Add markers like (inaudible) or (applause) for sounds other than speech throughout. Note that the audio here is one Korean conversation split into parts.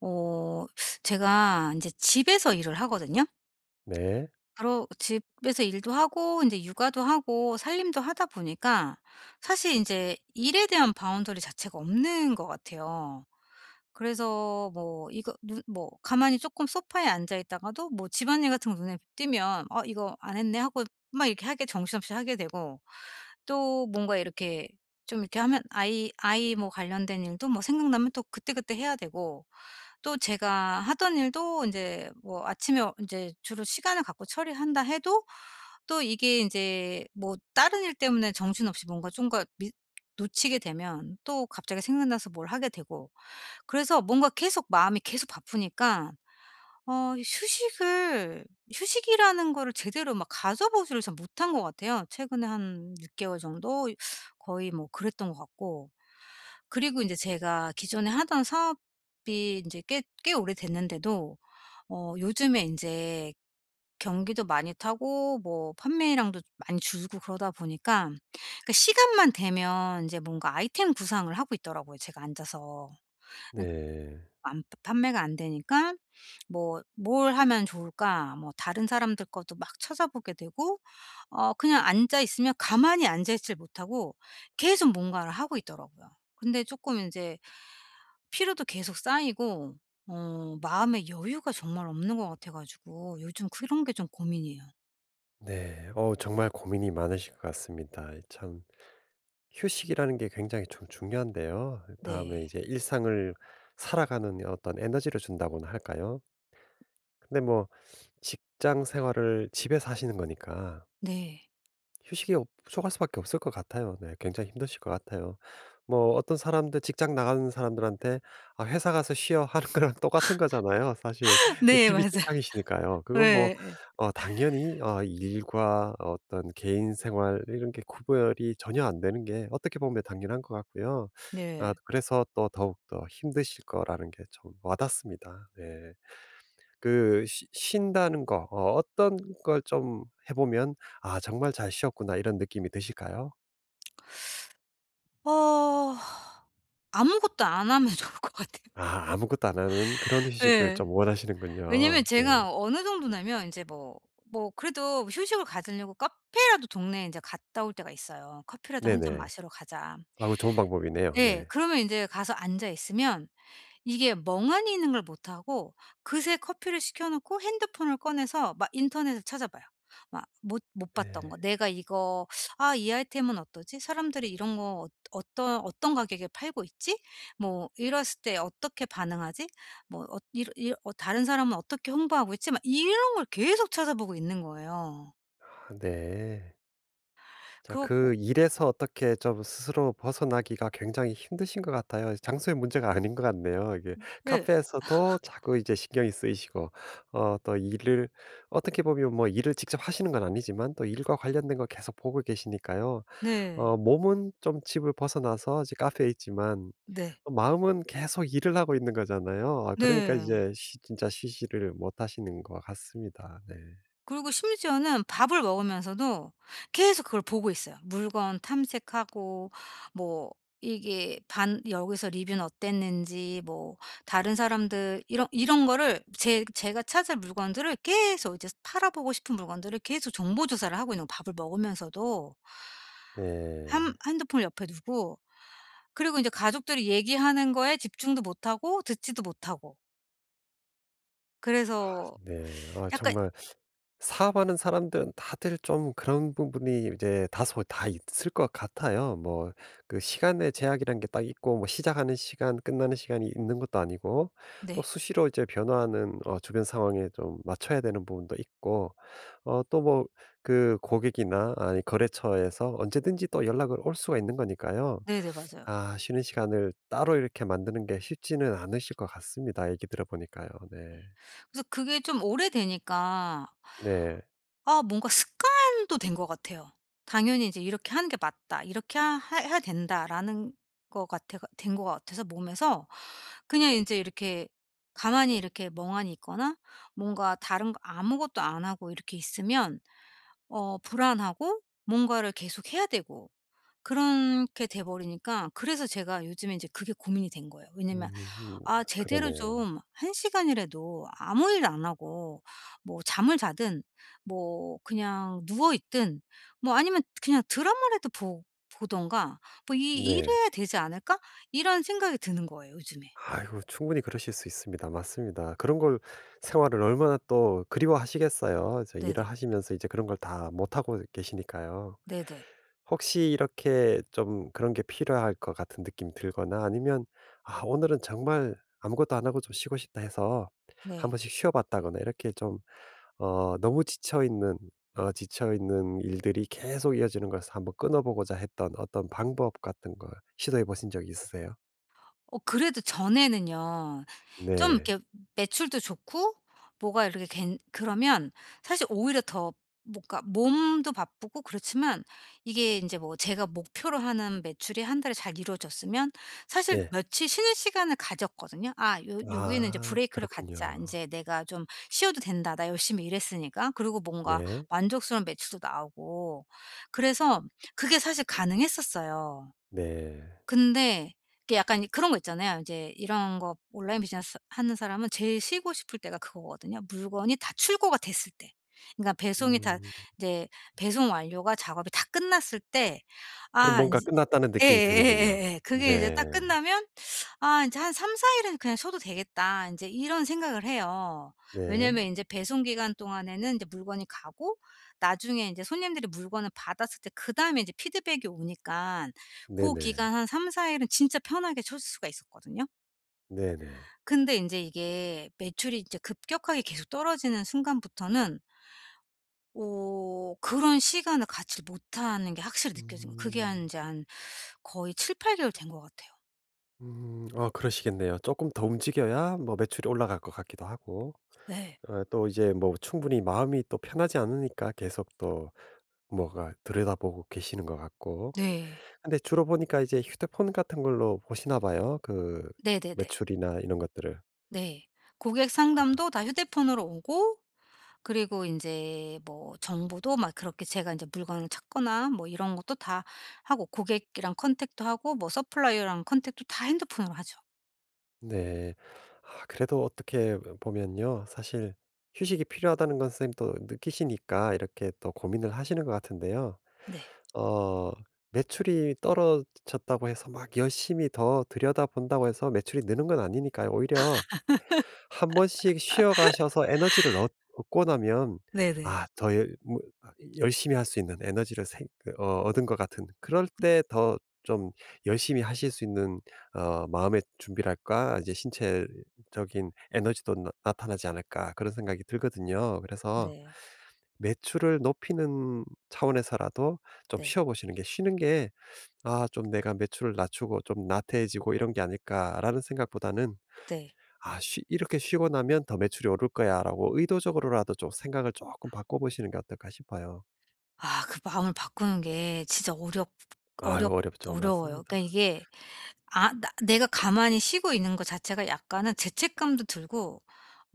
어 제가 이제 집에서 일을 하거든요. 네. 그러 집에서 일도 하고 이제 육아도 하고 살림도 하다 보니까, 사실 이제 일에 대한 바운더리 자체가 없는 것 같아요. 그래서 뭐 이거 눈 뭐 가만히 조금 소파에 앉아 있다가도 뭐 집안일 같은 거 눈에 띄면 '어 이거 안 했네.' 하고 막 이렇게 하게 정신없이 하게 되고, 또 뭔가 이렇게 좀 이렇게 하면 아이 뭐 관련된 일도 뭐 생각나면 또 그때그때 해야 되고, 또 제가 하던 일도 인제 뭐 아침에 인제 주로 시간을 갖고 처리한다 해도, 또 이게 인제 뭐 다른 일 때문에 정신없이 뭔가 좀가 미 놓치게 되면 또 갑자기 생각나서 뭘 하게 되고. 그래서 뭔가 계속 마음이 계속 바쁘니까, 어 휴식을 휴식이라는 거를 제대로 막 가져보지를 잘 못한 것 같아요. 최근에 한 6 개월 정도 거의 뭐 그랬던 것 같고. 그리고 인제 제가 기존에 하던 사업이 인제 꽤 오래됐는데도 요즘에 인제 경기도 많이 타고, 뭐 판매량도 많이 줄고 그러다 보니까 그 시간만 되면 인제 뭔가 아이템 구상을 하고 있더라고요, 제가 앉아서. 그러니까 네. 안 판매가 안 되니까, 뭐 '뭘 하면 좋을까?' 뭐 다른 사람들 것도 막 찾아보게 되고, 그냥 앉아 있으면 가만히 앉아 있질 못하고 계속 뭔가를 하고 있더라고요. 근데 쪼끔 인제 피로도 계속 쌓이고, 마음의 여유가 정말 없는 것 같아 가지고, 요즘 그런 게 좀 고민이에요. 네. 정말 고민이 많으실 것 같습니다. 참 휴식이라는 게 굉장히 좀 중요한데요. 다음에 네. 이제 일상을 살아가는 어떤 에너지를 준다고나 할까요? 근데 뭐 직장 생활을 집에서 하시는 거니까 네. 휴식이 없 부족할 수밖에 없을 것 같아요. 네. 굉장히 힘드실 것 같아요. 뭐 어떤 사람들 직장 나가는 사람들한테 회사 가서 쉬어." 하는 거랑 (laughs) 똑같은 거잖아요, 사실. (laughs) 네, 집이 맞아요. 직장이시니까요. 그건 뭐 당연히 일과 어떤 개인 생활 이런 게 구별이 전혀 안 되는 게 어떻게 보면 당연한 것 같고요. 네. 아 네. 그래서 또 더욱 더 힘드실 거라는 게 좀 와닿습니다. 네. 그 쉬 쉰다는 거 어떤 걸 좀 해 보면 '아 정말 잘 쉬었구나.' 이런 느낌이 드실까요? 어 아무것도 안 하면 (laughs) 좋을 것 같아요. 아 아무것도 안 하는 그런 휴식을 예. 좀 왜냐면 원하시는군요. 네. 제가 어느 정도냐면 이제 뭐 그래도 휴식을 가지려고 카페라도 동네에 이제 갔다 올 때가 있어요. "커피라도 한 잔 네네. 마시러 가자." 아우 좋은 방법이네요. 예. 네. 그러면 이제 가서 앉아 있으면 이게 멍하니 있는 걸 못 하고, 그새 커피를 시켜 놓고 핸드폰을 꺼내서 막 인터넷을 찾아봐요. 막 못 봤던 거. 네. '내가 이거 아, 이 아이템은 어떠지? 사람들이 이런 거 어떤 가격에 팔고 있지? 뭐 이랬을 때 어떻게 반응하지? 뭐 어 이 이 어 다른 사람은 어떻게 홍보하고 있지?' 막 이런 걸 계속 찾아보고 있는 거예요. 아 네. 자, 그래 그 고 일에서 어떻게 좀 스스로 벗어나기가 굉장히 힘드신 것 같아요. 장소의 문제가 (laughs) 아닌 것 같네요. 이게 카페에서도 자꾸 이제 신경이 쓰이시고, 어, 또 일을, 어떻게 보면 뭐 일을 직접 하시는 건 아니지만 또 일과 관련된 걸 계속 보고 계시니까요. 네. 네. 어, 몸은 좀 집을 벗어나서 이제 카페에 있지만, 네. 마음은 계속 일을 하고 있는 거잖아요. 아, 그러니까 네. 이제 쉬- 진짜 쉬지를 못 하시는 것 같습니다. 네. 그리고 심지어는 밥을 먹으면서도 계속 그걸 보고 있어요. 물건 탐색하고, 뭐 이게 반 여기서 리뷰는 어땠는지, 뭐 다른 사람들, 이런 거를 제 제가 찾을 물건들을 계속, 이제 팔아보고 싶은 물건들을 계속 정보 조사를 하고 있는 거, 밥을 먹으면서도. 한 네. 핸드폰을 옆에 두고, 그리고 이제 가족들이 얘기하는 거에 집중도 못하고 듣지도 못하고. 그래서 네. 아, 약간. 정말. 사업하는 사람들은 다들 좀 그런 부분이 이제 다소 다 있을 것 같아요. 뭐 그 시간의 제약이란 게 딱 있고 뭐 시작하는 시간, 끝나는 시간이 있는 것도 아니고 또 네. 수시로 이제 변화하는 주변 상황에 좀 맞춰야 되는 부분도 있고 어 또 뭐 그 고객이나 아니 거래처에서 언제든지 또 연락을 올 수가 있는 거니까요. 네네. 맞아요. 아 쉬는 시간을 따로 이렇게 만드는 게 쉽지는 않으실 것 같습니다. 얘기 들어보니까요. 네. 네. 그래서 그게 좀 오래되니까 네. 아, 뭔가 습관도 된 것 같아요. 당연히 이제 '이렇게 하는 게 맞다. 이렇게 하 해야 된다.'라는 것 같아 가 된 것 같아서, 몸에서 그냥 인제 이렇게 가만히 이렇게 멍하니 있거나 뭔가 다른 거 아무것도 안 하고 이렇게 있으면 불안하고 뭔가를 계속 해야 되고, 그렇게 돼 버리니까, 그래서 제가 요즘에 인제 그게 고민이 된 거예요. 음 왜냐면 음, 음. 아, 제대로 그러네요. 좀 한 시간이라도 아무 일 안 하고, 뭐 잠을 자든 뭐 그냥 누워 있든 뭐 아니면 그냥 드라마라도 보 보던가, 뭐 이 네. '이래야 되지 않을까?' 이런 생각이 드는 거예요, 요즘에. 아이고 충분히 그러실 수 있습니다. 맞습니다. 그런 걸 생활을 얼마나 또 그리워하시겠어요. 저 일을 네네. 하시면서 이제 그런 걸 다 못하고 계시니까요. 네네. 혹시 이렇게 좀 그런 게 필요할 것 같은 느낌이 들거나 아니면 '아 오늘은 정말 아무것도 안 하고 좀 쉬고 싶다.' 해서 한 네. 번씩 쉬어 봤다거나 이렇게 좀 너무 지쳐 있는 지쳐 있는 일들이 계속 이어지는 것을 한번 끊어 보고자 했던 어떤 방법 같은 걸 시도해 보신 적이 있으세요? 그래도 전에는요. 좀 네. 이렇게 매출도 좋고 뭐가 이렇게 괜 그러면, 사실 오히려 더 뭔가 몸도 바쁘고 그렇지만 이게 인제 뭐 제가 목표로 하는 매출이 한 달에 잘 이루어졌으면, 사실 네. 며칠 쉬는 시간을 가졌거든요. '아, 요 여기에는 인제 아 브레이크를 갖자. 그렇군요. 인제 내가 좀 쉬어도 된다. 나 열심히 일했으니까.' 그리고 뭔가 네. 만족스러운 매출도 나오고. 그래서 그게 사실 가능했었어요. 네. 근데 이게 약간 그런 거 있잖아요. 이제 이런 거 온라인 비즈니스 하는 사람은 제일 쉬고 싶을 때가 그거거든요. 물건이 다 출고가 됐을 때. 그러니까 배송이 다 음. 이제 배송 완료가, 작업이 다 끝났을 때, 그럼 아 뭔가 인제. 끝났다는 느낌이 드는군요. 예예예예예. 그게 이제 네. 딱 끝나면 '아 인제 한 3-4 일은 그냥 쉬어도 되겠다.' 인제 이런 생각을 해요. 네. 왜냐면 인제 배송 기간 동안에는 이제 물건이 가고, 나중에 인제 손님들이 물건을 받았을 때 그다음에 이제 피드백이 오니까 그 네네. 기간 한 3-4 일은 진짜 편하게 쉴 수가 있었거든요. 네네. 근데 인제 이게 매출이 이제 급격하게 계속 떨어지는 순간부터는 그런 시간을 갖지를 못하는 게 확실히 느껴진 거예요. 그게 한 음. 인제 한 거의 7-8 개월 된 것 같아요. 그러시겠네요. 조금 더 움직여야 뭐 매출이 올라갈 것 같기도 하고 네. 또 이제 뭐 충분히 마음이 또 편하지 않으니까 계속 또 뭐가 들여다보고 계시는 것 같고. 네. 근데 주로 보니까 이제 휴대폰 같은 걸로 보시나 봐요. 그 네네네. 매출이나 이런 것들을. 네. 고객 상담도 다 휴대폰으로 오고, 그리고 인제 뭐 정보도 막 그렇게, 제가 인제 물건을 찾거나 뭐 이런 것도 다 하고, 고객이랑 컨택도 하고 뭐 서플라이어랑 컨택도 다 핸드폰으로 하죠. 네. 아 그래도 어떻게 보면요. 사실 휴식이 필요하다는 건 선생님도 느끼시니까 이렇게 또 고민을 하시는 것 같은데요. 네. 어 매출이 떨어졌다고 해서 막 열심히 더 들여다본다고 해서 매출이 느는 건 아니니까요. 오히려 한 번씩 쉬어 가셔서 에너지를 얻 얻고 나면 네네. 아 더 열- 뭐 아 열심히 할 수 있는 에너지를 생 그 어 얻은 것 같은 그럴 때 더 좀 열심히 하실 수 있는 마음의 준비랄까 이제 신체적인 에너지도 나 나타나지 않을까 그런 생각이 들거든요. 그래서 네. 매출을 높이는 차원에서라도 좀 네. 쉬어 보시는 게 쉬는 게 '아 좀 내가 매출을 낮추고 좀 나태해지고 이런 게 아닐까.'라는 생각보다는 네. '아 쉬 이렇게 쉬고 나면 더 매출이 오를 거야.'라고 의도적으로라도 좀 생각을 조금 바꿔보시는 게 어떨까 싶어요. 아, 그 마음을 바꾸는 게 진짜 어렵 아유 어렵 어렵죠. 어려워요. 맞습니다. 그러니까 이게, 아, 나 내가 가만히 쉬고 있는 것 자체가 약간은 죄책감도 들고,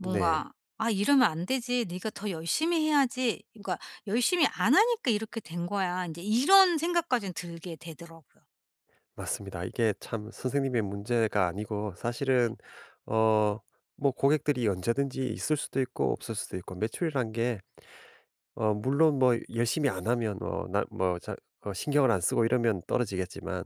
네. '아 이러면 안 되지. 네가 더 열심히 해야지.' 그러니까 '열심히 안 하니까 이렇게 된 거야.' 이제 이런 생각까지는 들게 되더라고요. 맞습니다. 이게 참 선생님의 문제가 아니고 사실은 어 고객들이 언제든지 있을 수도 있고 없을 수도 있고 매출이란 게 물론 뭐 열심히 안 하면 어 나 뭐 자 어 신경을 안 쓰고 이러면 떨어지겠지만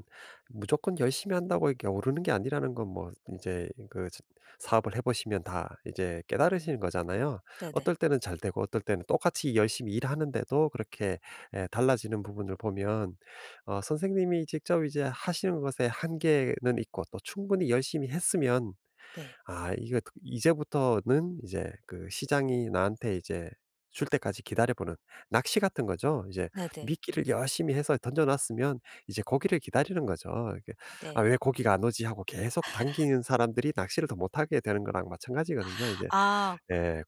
무조건 열심히 한다고 이렇게 오르는 게 아니라는 건 뭐 이제 그 자- 사업을 해 보시면 다 이제 깨달으시는 거잖아요. 네네. 어떨 때는 잘 되고 어떨 때는 똑같이 열심히 일하는데도 그렇게 에, 달라지는 부분을 보면 선생님이 직접 이제 하시는 것에 한계는 있고 또 충분히 열심히 했으면 네. 이제부터는 이제 그 시장이 나한테 이제 줄 때까지 기다려 보는 낚시 같은 거죠. 이제 네네. 미끼를 열심히 해서 던져 놨으면 이제 고기를 기다리는 거죠. 이렇게 '아 네. 왜 고기가 안 오지?' 하고 계속 당기는 사람들이 낚시를 더 못하게 되는 거랑 마찬가지거든요 이제. 아, 네.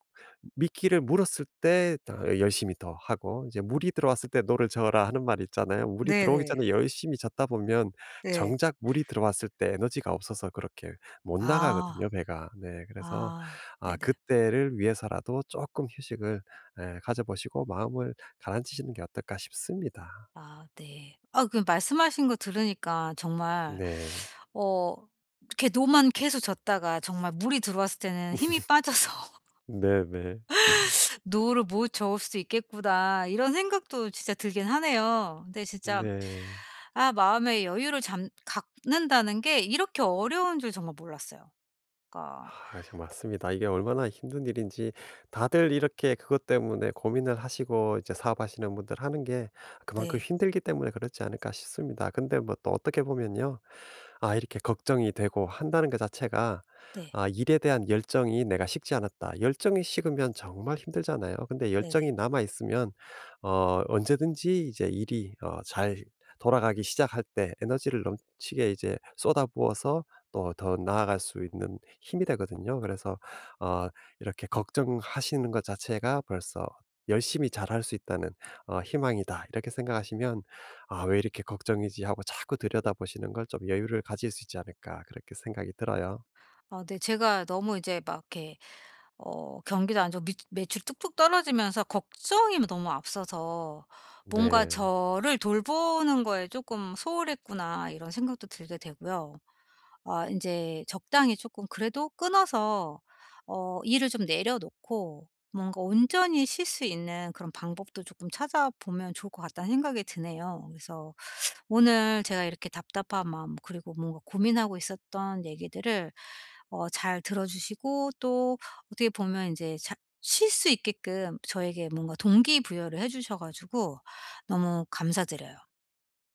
미끼를 물었을 때 다 열심히 더 하고 이제 "물이 들어왔을 때 노를 저어라." 하는 말이 있잖아요. 물이 들어오기 네네. 전에 열심히 젓다 보면 네. 정작 물이 들어왔을 때 에너지가 없어서 그렇게 못 아. 나가거든요 배가. 네. 그래서 아 아 네네. 그때를 위해서라도 쪼끔 휴식을 예 가져 보시고 마음을 가라앉히시는 게 어떨까 싶습니다. 아, 네. 아, 그 말씀하신 거 들으니까 정말, 네. 어 '이렇게 노만 계속 졌다가 정말 물이 들어왔을 때는 힘이 빠져서 네네. 노를 못 저을 수 있겠구나.' 이런 생각도 진짜 들긴 하네요. 근데 진짜, 네. 아, 마음의 여유를 잠 갖는다는 게 이렇게 어려운 줄 정말 몰랐어요. 그러니까. 아 참 맞습니다. 이게 얼마나 힘든 일인지 다들 이렇게 그것 때문에 고민을 하시고 이제 사업하시는 분들 하는 게 그만큼 네. 힘들기 때문에 그렇지 않을까 싶습니다. 근데 뭐 또 어떻게 보면요. 아 이렇게 걱정이 되고 한다는 것 자체가 네. 아 일에 대한 열정이 내가 식지 않았다. 열정이 식으면 정말 힘들잖아요. 근데 네네. 열정이 남아 있으면 언제든지 이제 일이 잘 돌아가기 시작할 때 에너지를 넘치게 이제 쏟아부어서 또 더 나아갈 수 있는 힘이 되거든요. 그래서 어 이렇게 걱정하시는 것 자체가 벌써 '열심히 잘할 수 있다는 희망이다.' 이렇게 생각하시면 '아 왜 이렇게 걱정이지.' 하고 자꾸 들여다보시는 걸 좀 여유를 가질 수 있지 않을까 그렇게 생각이 들어요. 아, 네, 제가 너무 이제 막 이렇게 경기도 안 좋고 미 매출이 뚝뚝 떨어지면서 걱정이 너무 앞서서 '뭔가 네. 저를 돌보는 거에 조금 소홀했구나.' 이런 생각도 들게 되고요. 아, 이제 적당히 조금 그래도 끊어서 일을 좀 내려놓고 뭔가 온전히 쉴 수 있는 그런 방법도 조금 찾아보면 좋을 것 같다는 생각이 드네요. 그래서 오늘 제가 이렇게 답답한 마음, 그리고 뭔가 고민하고 있었던 얘기들을 잘 들어 주시고, 또 어떻게 보면 이제 쉴 수 있게끔 저에게 뭔가 동기부여를 해 주셔 가지고 너무 감사드려요.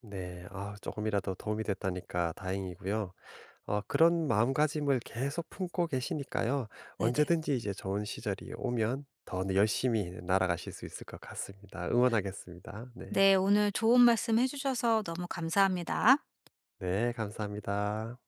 네. 아금이라도 도움이 됐다니까 다행이고요. 그런 마음가짐을 계속 품고 계시니까요. 네네. 언제든지 이제 좋은 시절이 오면 더 열심히 날아가실 수 있을 것 같습니다. 응원하겠습니다. 네. 네, 오늘 좋은 말씀 해 주셔서 너무 감사합니다. 네 감사합니다.